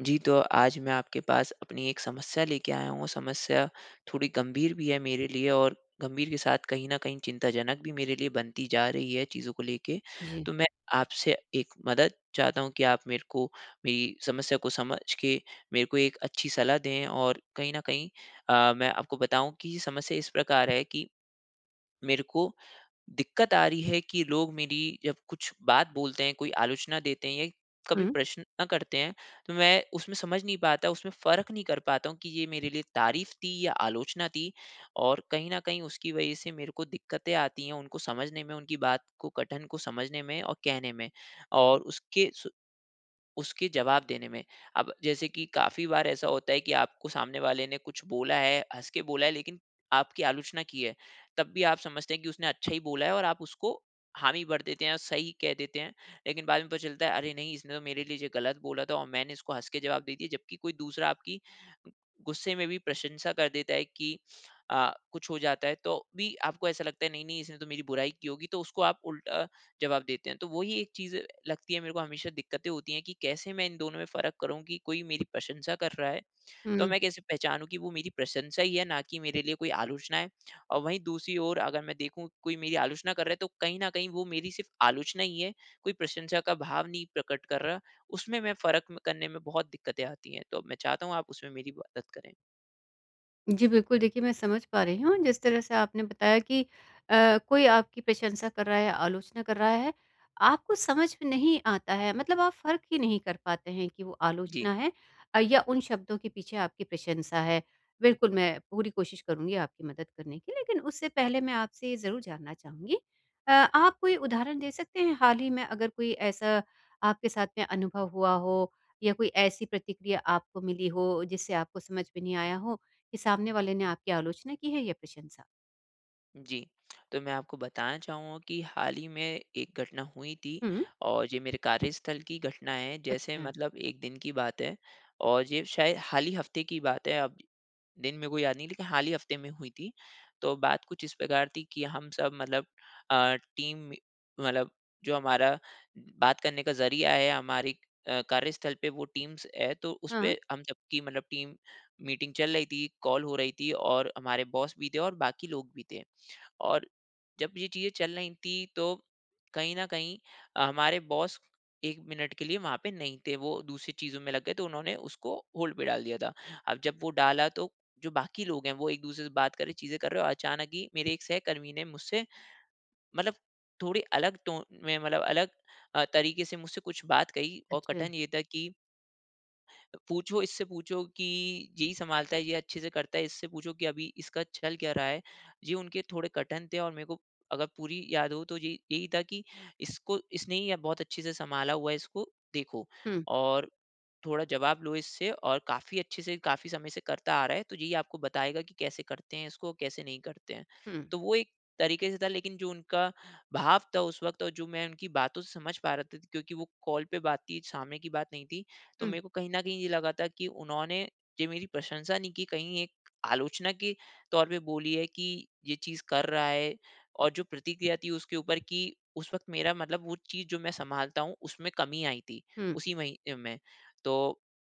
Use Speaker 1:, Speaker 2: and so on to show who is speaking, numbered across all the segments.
Speaker 1: जी, तो आज मैं आपके पास अपनी एक समस्या लेके आया हूँ। समस्या थोड़ी गंभीर भी है मेरे लिए और गंभीर के साथ कहीं न कहीं चिंताजनक भी मेरे लिए बनती जा रही है चीज़ों को लेके।
Speaker 2: जी।
Speaker 1: तो मैं आपसे एक मदद चाहता हूँ कि आप मेरे को मेरी समस्या को समझ के मेरे को एक अच्छी सलाह दें और कहीं न कहीं मैं आपको बताऊँ कि ये समस्या इस प्रकार है कि मेरे को दिक्कत आ रही है कि लोग मेरी जब कुछ बात बोलते हैं, कोई आलोचना देते हैं या कभी
Speaker 2: हुँ,
Speaker 1: प्रश्न करते हैं, तो मैं उसमें समझ नहीं पाता, उसमें फ़र्क नहीं कर पाता हूँ कि ये मेरे लिए तारीफ़ थी या आलोचना थी। और कहीं न कहीं उसकी वज़ह से मेरे को दिक्कतें आती हैं उनको समझने में, उनकी बात को कथन को समझने में और कहने में। और उसके जवाब देने में। अब जैसे कि काफ़ी बार ऐसा होता है कि आपको सामने वाले ने कुछ बोला है, हँस के बोला है, लेकिन आपकी आलोचना की है। तब भी आप समझते हैं कि उसने अच्छा ही बोला है और आप उसको हामी भर देते हैं, सही कह देते हैं। लेकिन बाद में पता चलता है अरे नहीं, इसने तो मेरे लिए ये गलत बोला था और मैंने इसको हँस के जवाब दे दिया। जबकि कोई दूसरा आपकी गुस्से में भी प्रशंसा कर देता है कि कुछ हो जाता है तो भी आपको ऐसा लगता है नहीं, नहीं, इसने तो मेरी बुराई की होगी तो उसको आप उल्टा जवाब देते हैं। तो वही एक चीज़ लगती है मेरे को, हमेशा दिक्कतें होती हैं कि कैसे मैं इन दोनों में फ़र्क करूँ कि कोई मेरी प्रशंसा कर रहा है, तो
Speaker 2: हुँ।
Speaker 1: मैं कैसे पहचानूँ कि वो मेरी प्रशंसा ही है ना कि मेरे लिए कोई आलोचना है। और वहीं दूसरी ओर अगर मैं देखूँ कोई मेरी आलोचना कर रहा है तो कहीं न कहीं वो मेरी सिर्फ़ आलोचना ही है, कोई प्रशंसा का भाव नहीं प्रकट कर रहा, उसमें मैं फ़र्क करने में बहुत दिक्कतें आती हैं। तो मैं चाहता हूँ आप उसमें मेरी मदद करें।
Speaker 2: जी, बिल्कुल, देखिए मैं समझ पा रही हूँ, जिस तरह से आपने बताया कि कोई आपकी प्रशंसा कर रहा है, आलोचना कर रहा है, आपको समझ में नहीं आता है, मतलब आप फ़र्क ही नहीं कर पाते हैं कि वो
Speaker 1: जी।
Speaker 2: आलोचना है या उन शब्दों के पीछे आपकी प्रशंसा है। बिल्कुल, मैं पूरी कोशिश करूँगी आपकी मदद करने की, लेकिन उससे पहले मैं आपसे ये ज़रूर जानना चाहूँगी आप कोई उदाहरण दे सकते हैं हाल ही में, अगर कोई ऐसा आपके साथ में अनुभव हुआ हो या कोई ऐसी प्रतिक्रिया आपको मिली हो, जिससे आपको समझ में नहीं आया हो? कि सामने वाले ने आपकी आलोचना की है या प्रशंसा?
Speaker 1: जी, तो मैं आपको बताना चाहूँगा कि हाल ही में एक घटना हुई थी
Speaker 2: हुँ।
Speaker 1: और ये मेरे कार्यस्थल की घटना है। जैसे
Speaker 2: अच्छा।
Speaker 1: मतलब एक दिन की बात है और ये शायद हाल ही हफ़्ते की बात है। अब दिन मेरे को याद नहीं, लेकिन हाल ही हफ़्ते में हुई थी। तो बात कुछ इस प्रकार थी कि हम सब मतलब टीम मतलब जो हमारा बात करने का ज़रिया है हमारी कार्यस्थल पे वो टीम्स है, तो
Speaker 2: हाँ।
Speaker 1: उसपे हम सबकी मतलब टीम मीटिंग चल रही थी, कॉल हो रही थी और हमारे बॉस भी थे और बाकी लोग भी थे। और जब ये चीज़ें चल रही थी तो कहीं न कहीं हमारे बॉस 1 मिनट के लिए वहाँ पे नहीं थे, वो दूसरी चीज़ों में लग गए, तो उन्होंने उसको होल्ड पे डाल दिया था। अब जब वो डाला तो जो बाकी लोग हैं वो एक-दूसरे से बात कर रहे, चीज़ें कर रहे और अचानक ही मेरे एक सहकर्मी ने मुझसे मतलब थोड़ी अलग टोन में, मतलब अलग तरीके से मुझसे कुछ बात कही और
Speaker 2: अच्छा।
Speaker 1: कथन ये था कि पूछो इससे, पूछो कि यही सँभालता है, ये अच्छे से करता है, इससे पूछो कि अभी इसका चल क्या रहा है। ये उनके थोड़े कठिन थे और मेरे को अगर पूरी याद हो तो ये यही था कि इसको इसने ही बहुत अच्छे से सँभाला हुआ है इसको, देखो।
Speaker 2: हुँ।
Speaker 1: और थोड़ा जवाब लो इससे, और काफ़ी अच्छे से काफ़ी समय से करता आ रहा है, तो यही आपको बताएगा कि कैसे करते हैं इसको, कैसे नहीं करते हैं।
Speaker 2: हुँ।
Speaker 1: तो वो एक तरीके से था, लेकिन जो उनका भाव था उस वक़्त और जो मैं उनकी बातों से समझ पा रहा था क्योंकि वो कॉल पे बात थी, सामने की बात नहीं थी। तो
Speaker 2: हुँ।
Speaker 1: मेरे को कहीं न कहीं ये लगा था कि उन्होंने ये मेरी प्रशंसा नहीं की, कहीं एक आलोचना के तौर पे बोली है कि ये चीज़ कर रहा है और जो प्रतिक्रिया थी उसके ऊपर कि उस वक़्त मेरा मतलब वो चीज़ जो मैं सँभालता हूँ, उसमें कमी आई थी,
Speaker 2: हुँ।
Speaker 1: उसी महीने में। तो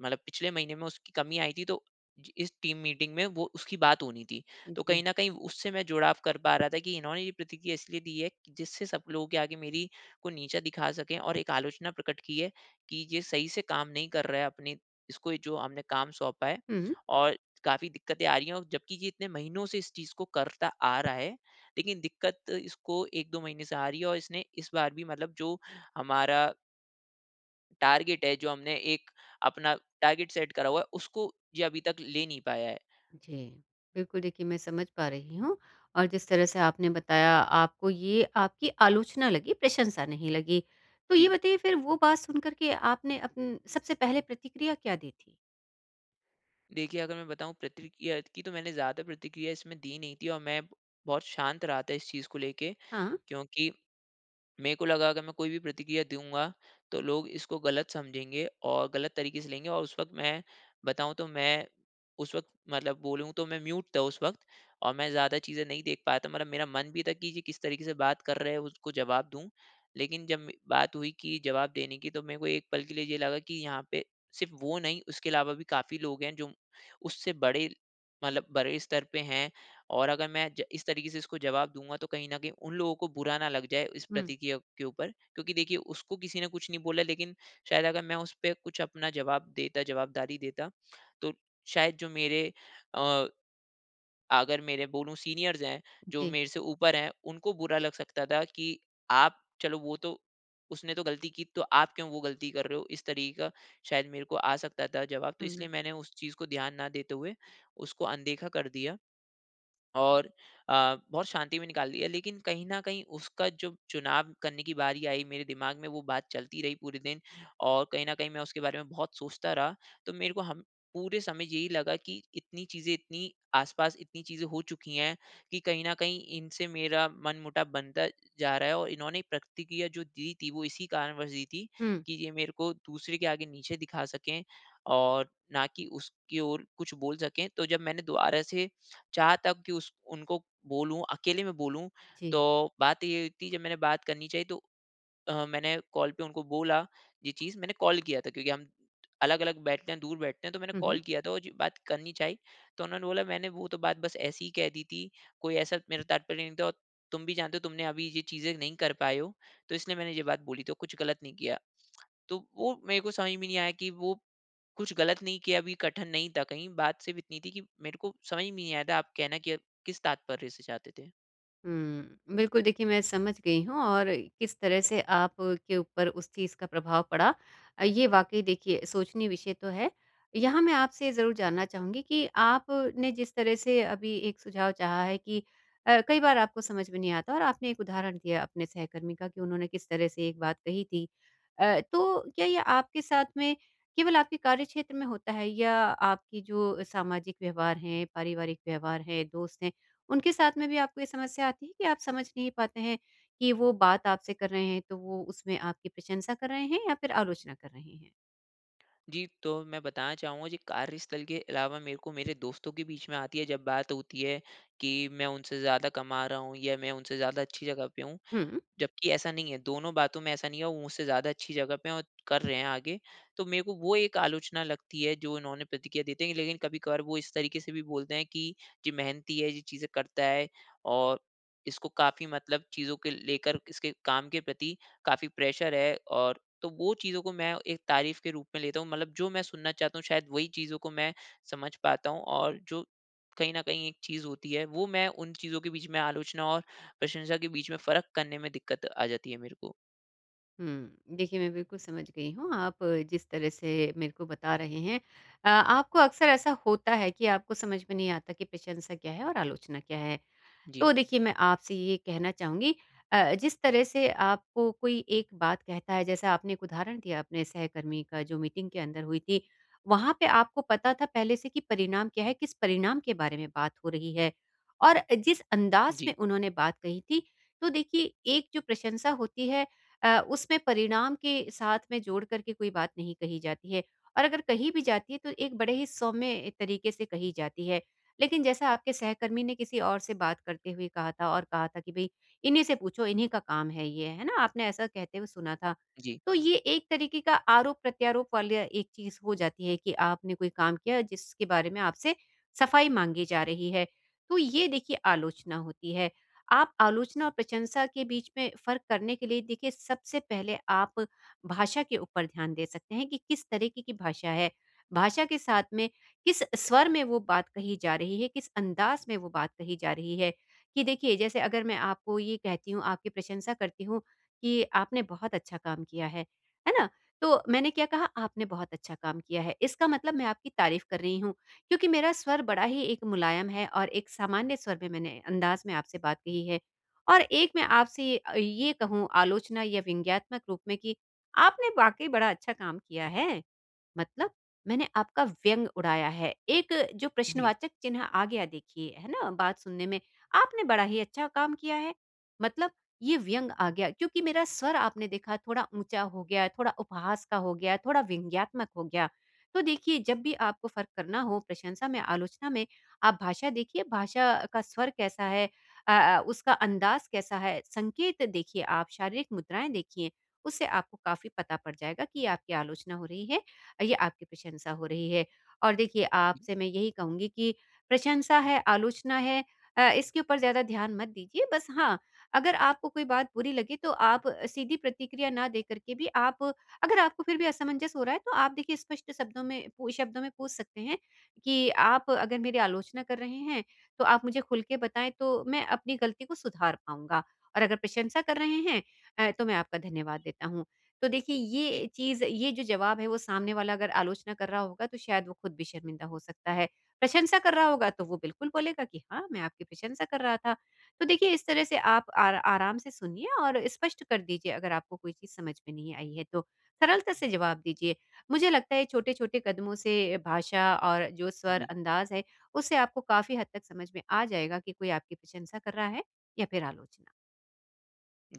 Speaker 1: मतलब पिछले महीने में उसकी कमी आई थी, तो ज इस टीम मीटिंग में वो उसकी बात होनी थी। तो कहीं
Speaker 2: जी।
Speaker 1: न कहीं उससे मैं जुड़ाव कर पा रहा था कि इन्होंने ये प्रतिक्रिया इसलिए दी है, कि जिससे सब लोगों के आगे मेरी को नीचा दिखा सकें और एक आलोचना प्रकट की है। कि ये सही से काम नहीं कर रहा है अपने, इसको ये जो हमने काम सौंपा है
Speaker 2: हुँ।
Speaker 1: और काफ़ी दिक्कतें आ रही हैं और जबकि ये इतने महीनों से इस चीज़ को करता आ रहा है, लेकिन दिक्कत इसको 1-2 महीने से आ रही है और इसने इस बार भी मतलब जो हमारा टारगेट है, जो हमने एक अपना टारगेट सेट करा हुआ है, उसको ये अभी तक ले नहीं पाया है।
Speaker 2: जी। बिल्कुल, देखिए मैं समझ पा रही हूँ, और जिस तरह से आपने बताया, आपको ये आपकी आलोचना लगी, प्रशंसा नहीं लगी। तो ये
Speaker 1: जी।
Speaker 2: बताइए फिर वो बात सुन कर के आपने अपन सबसे पहले प्रतिक्रिया क्या दी थी?
Speaker 1: देखिए, अगर मैं बताऊँ प्रतिक्रिया की तो मैंने ज़्यादा प्रतिक्रिया इसमें दी नहीं थी और मैं बहुत शांत रहा था इस चीज़ को लेके,
Speaker 2: हाँ।
Speaker 1: क्योंकि मेरे को लगा अगर मैं कोई भी प्रतिक्रिया दूँगा, तो लोग इसको गलत समझेंगे और गलत तरीके से लेंगे और उस वक़्त मैं बताऊँ तो मैं उस वक़्त मतलब बोलूँ तो मैं म्यूट था उस वक़्त और मैं ज़्यादा चीज़ें नहीं देख पाया था। मतलब मेरा मन भी था कि ये किस तरीके से बात कर रहे हैं, उसको जवाब दूँ। लेकिन जब म बात हुई कि जवाब देने की, तो मेरे को एक पल के लिए ये लगा कि यहाँ पे सिर्फ़ वो नहीं, उसके अलावा भी काफ़ी लोग हैं जो उससे बड़े, मतलब बड़े स्तर पे हैं। और अगर मैं ज इस तरीके से इसको जवाब दूँगा तो कहीं न कहीं उन लोगों को बुरा ना लग जाए इस
Speaker 2: हुँ।
Speaker 1: प्रतिक्रिया के ऊपर, क्योंकि देखिए उसको किसी ने कुछ नहीं बोला, लेकिन शायद अगर मैं उस पे कुछ अपना जवाब देता, जवाबदारी देता, तो शायद जो मेरे अ, अगर मेरे बोलूँ सीनियर्स हैं, जो
Speaker 2: जी।
Speaker 1: मेरे से ऊपर हैं, उनको बुरा लग सकता था कि आप, चलो वो तो, उसने तो गलती की तो आप क्यों वो गलती कर रहे हो? इस तरीके का शायद मेरे को आ सकता था जवाब, तो
Speaker 2: हुँ,
Speaker 1: इसलिए मैंने उस चीज़ को ध्यान ना देते हुए उसको अनदेखा कर दिया। और अ, बहुत शांति में निकाल दिया, लेकिन कहीं न कहीं उसका जो चुनाव करने की बारी आई मेरे दिमाग में वो बात चलती रही पूरे दिन और कहीं न कहीं मैं उसके बारे में बहुत सोचता रहा। तो मेरे को हम पूरे समय यही लगा कि इतनी चीज़ें, इतनी आस-पास इतनी चीज़ें हो चुकी हैं कि कहीं न कहीं इनसे मेरा मनमुटाव बनता जा रहा है और इन्होंने प्रतिक्रिया जो दी थी वो इसी कारणवश दी थी
Speaker 2: हुँ।
Speaker 1: कि ये मेरे को दूसरे के आगे नीचे दिखा सकें और ना कि उसकी ओर कुछ बोल सकें। तो जब मैंने दोबारा से जहाँ तक कि उस उनको बोलूँ, अकेले में बोलूँ,
Speaker 2: जी।
Speaker 1: तो बात ये हुई थी, जब मैंने बात करनी चाहिए तो मैंने कॉल पे उनको बोला ये चीज़, मैंने कॉल किया था क्योंकि हम अलग-अलग बैठते हैं, दूर बैठते हैं, तो मैंने
Speaker 2: हुँ,
Speaker 1: कॉल
Speaker 2: हुँ।
Speaker 1: किया था और जी, बात करनी चाहिए, तो उन्होंने बोला, "मैंने वो तो बात बस ऐसे ही कह दी थी, कोई ऐसा मेरा तात्पर्य नहीं था और तुम भी जानते हो तुमने अभी ये चीज़ें नहीं कर पाए हो, तो इसलिए मैंने ये बात बोली, तो कुछ गलत नहीं किया है।" तो वो मेरे को समझ में नहीं आया कि वो कुछ गलत नहीं किया भी कठिन नहीं था, कहीं बात सिर्फ इतनी थी कि मेरे को समझ में नहीं आया था आप कहना कि किस तात्पर्य से चाहते थे।
Speaker 2: हुँ। बिल्कुल, देखिए मैं समझ गई हूँ, और किस तरह से आप के ऊपर उस चीज़ का प्रभाव पड़ा। ये वाक़ई देखिए सोचनीय विषय तो है। यहाँ मैं आपसे ज़रूर जानना चाहूँगी कि आपने जिस तरह से अभी एक सुझाव चाहा है कि कई बार आपको समझ में नहीं आता, और आपने एक उदाहरण दिया अपने सहकर्मी का कि उन्होंने किस तरह से एक बात कही थी। तो क्या ये आपके साथ में केवल आपके कार्यक्षेत्र में होता है, या आपकी जो सामाजिक व्यवहार हैं, पारिवारिक व्यवहार हैं, दोस्त हैं, उनके साथ में भी आपको ये समस्या आती है कि आप समझ नहीं पाते हैं कि वो बात आपसे कर रहे हैं तो वो उसमें आपकी प्रशंसा कर रहे हैं या फिर आलोचना कर रहे हैं?
Speaker 1: जी, तो मैं बताना चाहूँगा जी, कार्यस्थल के अलावा मेरे को मेरे दोस्तों के बीच में आती है जब बात होती है कि मैं उनसे ज़्यादा कमा रहा हूँ या मैं उनसे ज़्यादा अच्छी जगह पे हूँ,
Speaker 2: हुँ,
Speaker 1: जबकि ऐसा नहीं है, दोनों बातों में ऐसा नहीं है, वो मुझसे ज़्यादा अच्छी जगह पे हैं और कर रहे हैं आगे। तो मेरे को वो एक आलोचना लगती है जो इन्होंने प्रतिक्रिया देते हैं, लेकिन कभी-कभार वो इस तरीके से भी बोलते हैं कि ये मेहनती है, ये चीज़ें करता है और इसको काफ़ी मतलब चीज़ों के लेकर, इसके काम के प्रति काफ़ी प्रेशर है, और तो वो चीज़ों को मैं एक तारीफ़ के रूप में लेता हूँ। मतलब जो मैं सुनना चाहता हूँ शायद वही चीज़ों को मैं समझ पाता हूँ और जो कहीं न कहीं एक चीज़ होती है, वो मैं उन चीज़ों के बीच में आलोचना और प्रशंसा के बीच में फ़र्क करने में दिक्कत आ जाती है मेरे को।
Speaker 2: हुँ। देखिए मैं बिल्कुल समझ गई हूँ, आप जिस तरह से मेरे को बता रहे हैं, आपको अक्सर ऐसा होता है कि आपको समझ में नहीं आता कि प्रशंसा क्या है और आलोचना क्या है।
Speaker 1: जी,
Speaker 2: तो देखिए मैं आपसे ये कहना चाहूँगी, जिस तरह से आपको कोई एक बात कहता है, जैसा आपने एक उदाहरण दिया अपने सहकर्मी का जो मीटिंग के अंदर हुई थी, वहाँ पे आपको पता था पहले से कि परिणाम क्या है, किस परिणाम के बारे में बात हो रही है, और जिस अंदाज़
Speaker 1: जी,
Speaker 2: में उन्होंने बात कही थी। तो देखिए एक जो प्रशंसा होती है, उसमें परिणाम के साथ में जोड़ कर के कोई बात नहीं कही जाती है, और अगर कही भी जाती है तो एक बड़े ही सौम्य तरीके से कही जाती है। लेकिन जैसा आपके सहकर्मी ने किसी और से बात करते हुए कहा था, और कहा था कि भई इन्हीं से पूछो, इन्हीं का काम है ये, है ना? आपने ऐसा कहते हुए सुना था।
Speaker 1: जी,
Speaker 2: तो ये एक तरीके का आरोप-प्रत्यारोप वाली एक चीज़ हो जाती है, कि आपने कोई काम किया जिसके बारे में आपसे सफाई माँगी जा रही है। तो ये देखिए आलोचना होती है। आप आलोचना और प्रशंसा के बीच में फ़र्क करने के लिए देखिए, सबसे पहले आप भाषा के ऊपर ध्यान दे सकते हैं कि किस तरीके की भाषा है। भाषा के साथ में किस स्वर में वो बात कही जा रही है, किस अंदाज़ में वो बात कही जा रही है। कि देखिए, जैसे अगर मैं आपको ये कहती हूँ, आपकी प्रशंसा करती हूँ कि आपने बहुत अच्छा काम किया है ना? तो मैंने क्या कहा, आपने बहुत अच्छा काम किया है। इसका मतलब मैं आपकी तारीफ़ कर रही हूँ, क्योंकि मेरा स्वर बड़ा ही एक मुलायम है, और एक सामान्य स्वर में, मैंने अंदाज़ में आपसे बात कही है। और एक मैं आपसे ये कहूँ आलोचना या व्यंग्यात्मक रूप में कि आपने वाक़ई बड़ा अच्छा काम किया है। मतलब मैंने आपका व्यंग उड़ाया है। एक जो
Speaker 1: जी,
Speaker 2: प्रश्नवाचक चिन्ह आ गया देखिए, है ना? बात सुनने में, आपने बड़ा ही अच्छा काम किया है। मतलब ये व्यंग आ गया क्योंकि मेरा स्वर आपने देखा थोड़ा ऊँचा हो गया, थोड़ा उपहास का हो गया, थोड़ा व्यंग्यात्मक हो गया। तो देखिए, जब भी आपको फ़र्क करना हो प्रशंसा में, आलोचना में, आप भाषा देखिए, भाषा का स्वर कैसा है, उसका अंदाज़ कैसा है, संकेत देखिए आप, शारीरिक मुद्राएँ देखिए। उससे आपको काफ़ी पता पड़ जाएगा कि ये आपकी आलोचना हो रही है, ये आपकी प्रशंसा हो रही है। और देखिए
Speaker 1: जी,
Speaker 2: आपसे मैं यही कहूँगी कि प्रशंसा है, आलोचना है, इसके ऊपर ज़्यादा ध्यान मत दीजिए। बस हाँ, अगर आपको कोई बात बुरी लगे तो आप सीधी प्रतिक्रिया ना देकर के भी, आप अगर आपको फिर भी असमंजस हो रहा है, तो आप देखिए स्पष्ट शब्दों में पूछ सकते हैं कि आप अगर मेरी आलोचना कर रहे हैं, तो आप मुझे खुल के बताएँ, तो मैं अपनी गलती को सुधार पाऊँगा। और अगर प्रशंसा कर रहे हैं, तो मैं आपका धन्यवाद देता हूँ। तो देखिए
Speaker 1: जी,
Speaker 2: ये चीज़, ये जो जवाब है, वो सामने वाला अगर आलोचना कर रहा होगा तो शायद वो खुद भी शर्मिंदा हो सकता है। प्रशंसा कर रहा होगा तो वो बिल्कुल बोलेगा कि हाँ, मैं आपकी प्रशंसा कर रहा था। तो देखिए, इस तरह से आप आर आराम से सुनिए, और स्पष्ट कर दीजिए अगर आपको कोई चीज़ समझ में नहीं आई है तो। सरलता से जवाब दीजिए। मुझे लगता है छोटे-छोटे कदमों से, भाषा और जो स्वर
Speaker 1: जी,
Speaker 2: अंदाज़ है, उससे आपको काफ़ी हद तक समझ में आ जाएगा कि कोई आपकी प्रशंसा कर रहा है या फिर आलोचना।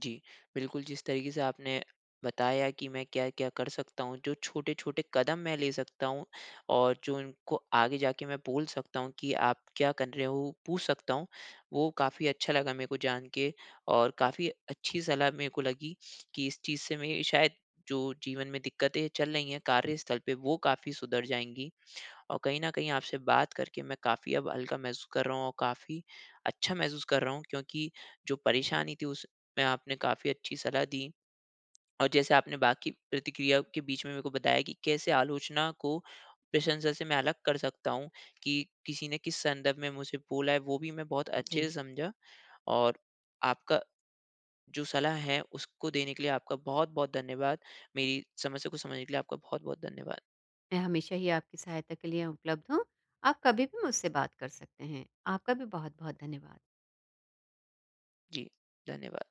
Speaker 1: जी। बिल्कुल, जिस तरीके से आपने बताया कि मैं क्या-क्या कर सकता हूँ, जो छोटे-छोटे कदम मैं ले सकता हूँ और जो उनको आगे जाके मैं बोल सकता हूँ कि आप क्या कर रहे हो, पूछ सकता हूँ, वो काफ़ी अच्छा लगा मेरे को जान के और काफ़ी अच्छी सलाह मेरे को लगी कि इस चीज़ से मेरी शायद जो जीवन में दिक्कतें चल रही हैं कार्यस्थल पे, वो काफ़ी सुधर जाएँगी। और कहीं न कहीं आपसे बात करके मैं काफ़ी अब हल्का महसूस कर रहा हूँ और काफ़ी अच्छा महसूस कर रहा हूँ, क्योंकि जो परेशानी थी उसमें आपने काफ़ी अच्छी सलाह दी और जैसे आपने बाकी प्रतिक्रिया के बीच में मेरे को बताया कि कैसे आलोचना को प्रशंसा से मैं अलग कर सकता हूँ, कि किसी ने किस संदर्भ में मुझे बोला है वो भी मैं बहुत अच्छे से
Speaker 2: जी।
Speaker 1: समझा। और आपका जो सलाह है उसको देने के लिए आपका बहुत-बहुत धन्यवाद। मेरी समस्या को समझने के लिए आपका बहुत-बहुत धन्यवाद।
Speaker 2: मैं हमेशा ही आपकी सहायता के लिए उपलब्ध हूँ। आप कभी भी मुझसे बात कर सकते हैं। आपका भी बहुत-बहुत धन्यवाद।
Speaker 1: जी, धन्यवाद।